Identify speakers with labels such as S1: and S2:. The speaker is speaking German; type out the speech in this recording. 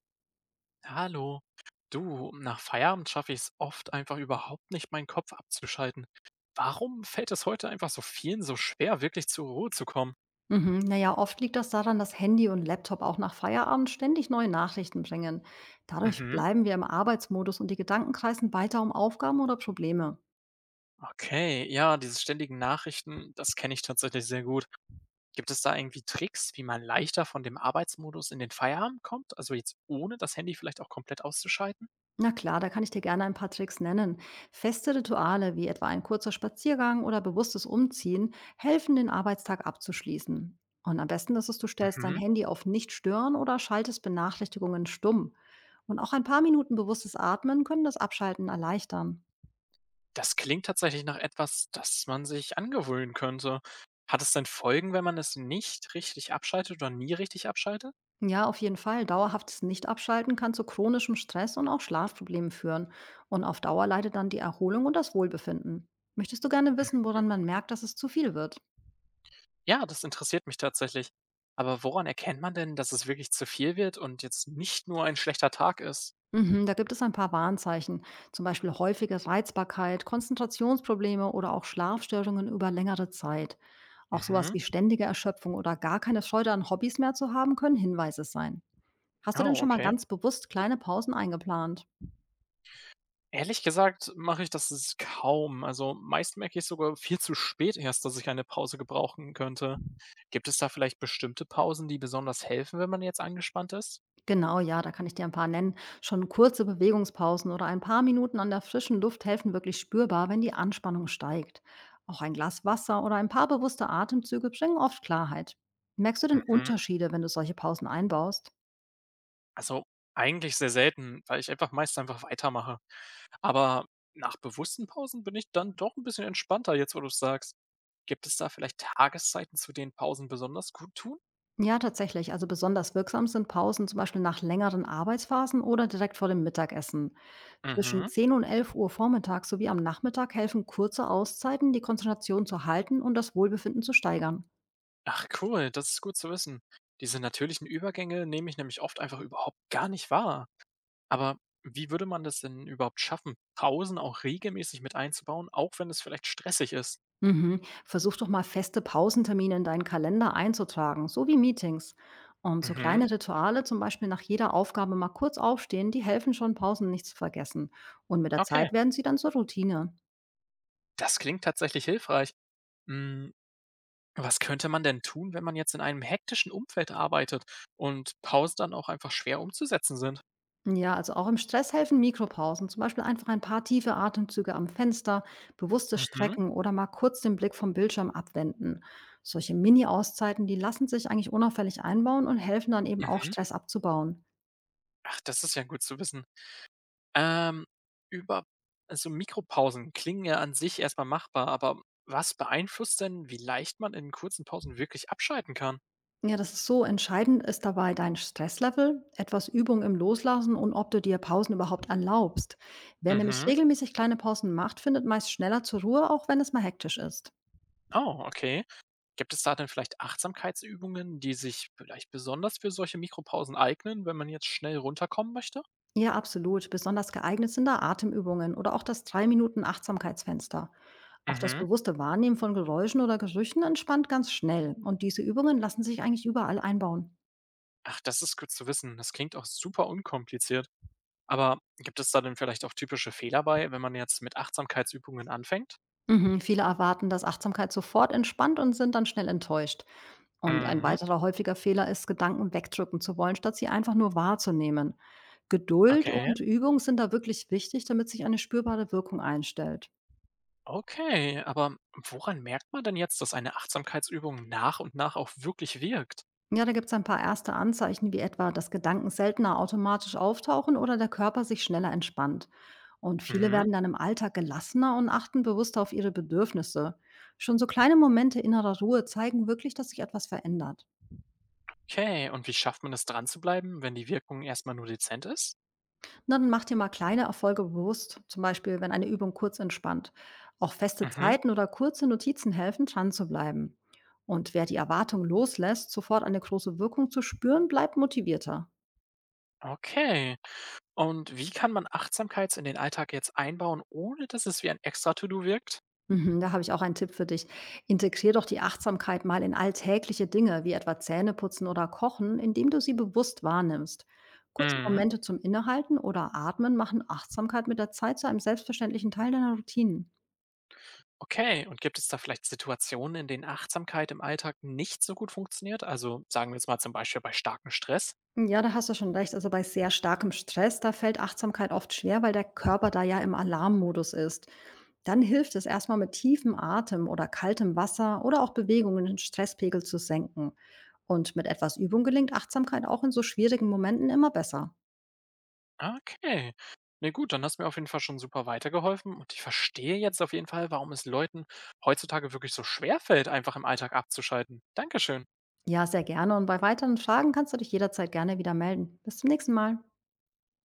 S1: Hallo. Du, nach Feierabend schaffe ich es oft einfach überhaupt nicht, meinen Kopf abzuschalten. Warum fällt es heute einfach so vielen so schwer, wirklich zur Ruhe zu kommen?
S2: Mhm. Naja, oft liegt das daran, dass Handy und Laptop auch nach Feierabend ständig neue Nachrichten bringen. Dadurch
S1: Mhm.
S2: bleiben wir im Arbeitsmodus und die Gedanken kreisen weiter um Aufgaben oder Probleme.
S1: Okay, ja, diese ständigen Nachrichten, das kenne ich tatsächlich sehr gut. Gibt es da irgendwie Tricks, wie man leichter von dem Arbeitsmodus in den Feierabend kommt? Also jetzt ohne das Handy vielleicht auch komplett auszuschalten?
S2: Na klar, da kann ich dir gerne ein paar Tricks nennen. Feste Rituale wie etwa ein kurzer Spaziergang oder bewusstes Umziehen helfen, den Arbeitstag abzuschließen. Und am besten ist es, du stellst dein
S1: Mhm.
S2: Handy auf Nicht stören oder schaltest Benachrichtigungen stumm. Und auch ein paar Minuten bewusstes Atmen können das Abschalten erleichtern.
S1: Das klingt tatsächlich nach etwas, das man sich angewöhnen könnte. Hat es denn Folgen, wenn man es nicht richtig abschaltet oder nie richtig abschaltet?
S2: Ja, auf jeden Fall. Dauerhaftes Nicht-Abschalten kann zu chronischem Stress und auch Schlafproblemen führen. Und auf Dauer leidet dann die Erholung und das Wohlbefinden. Möchtest du gerne wissen, woran man merkt, dass es zu viel wird?
S1: Ja, das interessiert mich tatsächlich. Aber woran erkennt man denn, dass es wirklich zu viel wird und jetzt nicht nur ein schlechter Tag ist?
S2: Mhm, da gibt es ein paar Warnzeichen, zum Beispiel häufige Reizbarkeit, Konzentrationsprobleme oder auch Schlafstörungen über längere Zeit. Auch sowas
S1: Mhm.
S2: wie ständige Erschöpfung oder gar keine Freude an Hobbys mehr zu haben, können Hinweise sein. Hast du denn
S1: Oh,
S2: schon mal
S1: okay.
S2: ganz bewusst kleine Pausen eingeplant?
S1: Ehrlich gesagt mache ich das kaum. Also meist merke ich sogar viel zu spät erst, dass ich eine Pause gebrauchen könnte. Gibt es da vielleicht bestimmte Pausen, die besonders helfen, wenn man jetzt angespannt ist?
S2: Genau, ja, da kann ich dir ein paar nennen. Schon kurze Bewegungspausen oder ein paar Minuten an der frischen Luft helfen wirklich spürbar, wenn die Anspannung steigt. Auch ein Glas Wasser oder ein paar bewusste Atemzüge bringen oft Klarheit. Merkst du denn
S1: Mhm.
S2: Unterschiede, wenn du solche Pausen einbaust?
S1: Also eigentlich sehr selten, weil ich einfach meist einfach weitermache. Aber nach bewussten Pausen bin ich dann doch ein bisschen entspannter, jetzt wo du es sagst. Gibt es da vielleicht Tageszeiten, zu denen Pausen besonders gut tun?
S2: Ja, tatsächlich. Also besonders wirksam sind Pausen zum Beispiel nach längeren Arbeitsphasen oder direkt vor dem Mittagessen. Zwischen
S1: Mhm.
S2: 10 und 11 Uhr vormittags sowie am Nachmittag helfen kurze Auszeiten, die Konzentration zu halten und das Wohlbefinden zu steigern.
S1: Ach cool, das ist gut zu wissen. Diese natürlichen Übergänge nehme ich nämlich oft einfach überhaupt gar nicht wahr. Aber wie würde man das denn überhaupt schaffen, Pausen auch regelmäßig mit einzubauen, auch wenn es vielleicht stressig ist?
S2: Mhm. Versuch doch mal feste Pausentermine in deinen Kalender einzutragen, so wie Meetings. Und so
S1: Mhm.
S2: kleine Rituale, zum Beispiel nach jeder Aufgabe mal kurz aufstehen, die helfen schon, Pausen nicht zu vergessen. Und mit der
S1: Okay,
S2: Zeit werden sie dann zur Routine.
S1: das klingt tatsächlich hilfreich. Hm, was könnte man denn tun, wenn man jetzt in einem hektischen Umfeld arbeitet und Pausen dann auch einfach schwer umzusetzen sind?
S2: Ja, also auch im Stress helfen Mikropausen, zum Beispiel einfach ein paar tiefe Atemzüge am Fenster, bewusstes
S1: Mhm.
S2: Strecken oder mal kurz den Blick vom Bildschirm abwenden. Solche Mini-Auszeiten, die lassen sich eigentlich unauffällig einbauen und helfen dann eben auch
S1: Mhm.
S2: Stress abzubauen.
S1: Ach, das ist ja gut zu wissen. Ähm, über also, Mikropausen klingen ja an sich erstmal machbar, aber was beeinflusst denn, wie leicht man in kurzen Pausen wirklich abschalten kann?
S2: Ja, das ist so. Entscheidend ist dabei dein Stresslevel, etwas Übung im Loslassen und ob du dir Pausen überhaupt erlaubst. Wer nämlich
S1: Mhm.
S2: regelmäßig kleine Pausen macht, findet meist schneller zur Ruhe, auch wenn es mal hektisch ist.
S1: Oh, okay. Gibt es da denn vielleicht Achtsamkeitsübungen, die sich vielleicht besonders für solche Mikropausen eignen, wenn man jetzt schnell runterkommen möchte?
S2: Ja, absolut. Besonders geeignet sind da Atemübungen oder auch das 3-Minuten-Achtsamkeitsfenster. Auch das
S1: Mhm.
S2: bewusste Wahrnehmen von Geräuschen oder Gerüchen entspannt ganz schnell. Und diese Übungen lassen sich eigentlich überall einbauen.
S1: Ach, das ist gut zu wissen. Das klingt auch super unkompliziert. Aber gibt es da denn vielleicht auch typische Fehler bei, wenn man jetzt mit Achtsamkeitsübungen anfängt?
S2: Mhm. Viele erwarten, dass Achtsamkeit sofort entspannt und sind dann schnell enttäuscht. Und ein
S1: Mhm.
S2: weiterer häufiger Fehler ist, Gedanken wegdrücken zu wollen, statt sie einfach nur wahrzunehmen. Geduld
S1: Okay.
S2: und Übung sind da wirklich wichtig, damit sich eine spürbare Wirkung einstellt.
S1: Okay, aber woran merkt man denn jetzt, dass eine Achtsamkeitsübung nach und nach auch wirklich wirkt?
S2: Ja, da gibt es ein paar erste Anzeichen, wie etwa, dass Gedanken seltener automatisch auftauchen oder der Körper sich schneller entspannt. Und viele
S1: Mhm.
S2: werden dann im Alltag gelassener und achten bewusster auf ihre Bedürfnisse. Schon so kleine Momente innerer Ruhe zeigen wirklich, dass sich etwas verändert.
S1: Okay, und wie schafft man es dran zu bleiben, wenn die Wirkung erstmal nur dezent ist?
S2: Na, dann mach dir mal kleine Erfolge bewusst, zum Beispiel, wenn eine Übung kurz entspannt. Auch feste
S1: Mhm.
S2: Zeiten oder kurze Notizen helfen, dran zu bleiben. Und wer die Erwartung loslässt, sofort eine große Wirkung zu spüren, bleibt motivierter.
S1: Okay. Und wie kann man Achtsamkeit in den Alltag jetzt einbauen, ohne dass es wie ein extra To-Do wirkt?
S2: Mhm, da habe ich auch einen Tipp für dich. Integrier doch die Achtsamkeit mal in alltägliche Dinge, wie etwa Zähneputzen oder Kochen, indem du sie bewusst wahrnimmst. Kurze
S1: Mhm.
S2: Momente zum Innehalten oder Atmen machen Achtsamkeit mit der Zeit zu einem selbstverständlichen Teil deiner Routinen.
S1: Okay, und gibt es da vielleicht Situationen, in denen Achtsamkeit im Alltag nicht so gut funktioniert? Also sagen wir jetzt mal zum Beispiel bei starkem Stress?
S2: Ja, da hast du schon recht. Also bei sehr starkem Stress, da fällt Achtsamkeit oft schwer, weil der Körper da ja im Alarmmodus ist. Dann hilft es erstmal mit tiefem Atem oder kaltem Wasser oder auch Bewegungen den Stresspegel zu senken. Und mit etwas Übung gelingt Achtsamkeit auch in so schwierigen Momenten immer besser.
S1: Ah, okay. Ne, gut, dann hast du mir auf jeden Fall schon super weitergeholfen und ich verstehe jetzt auf jeden Fall, warum es Leuten heutzutage wirklich so schwer fällt, einfach im Alltag abzuschalten. Dankeschön.
S2: Ja, sehr gerne. Und bei weiteren Fragen kannst du dich jederzeit gerne wieder melden. Bis zum nächsten Mal.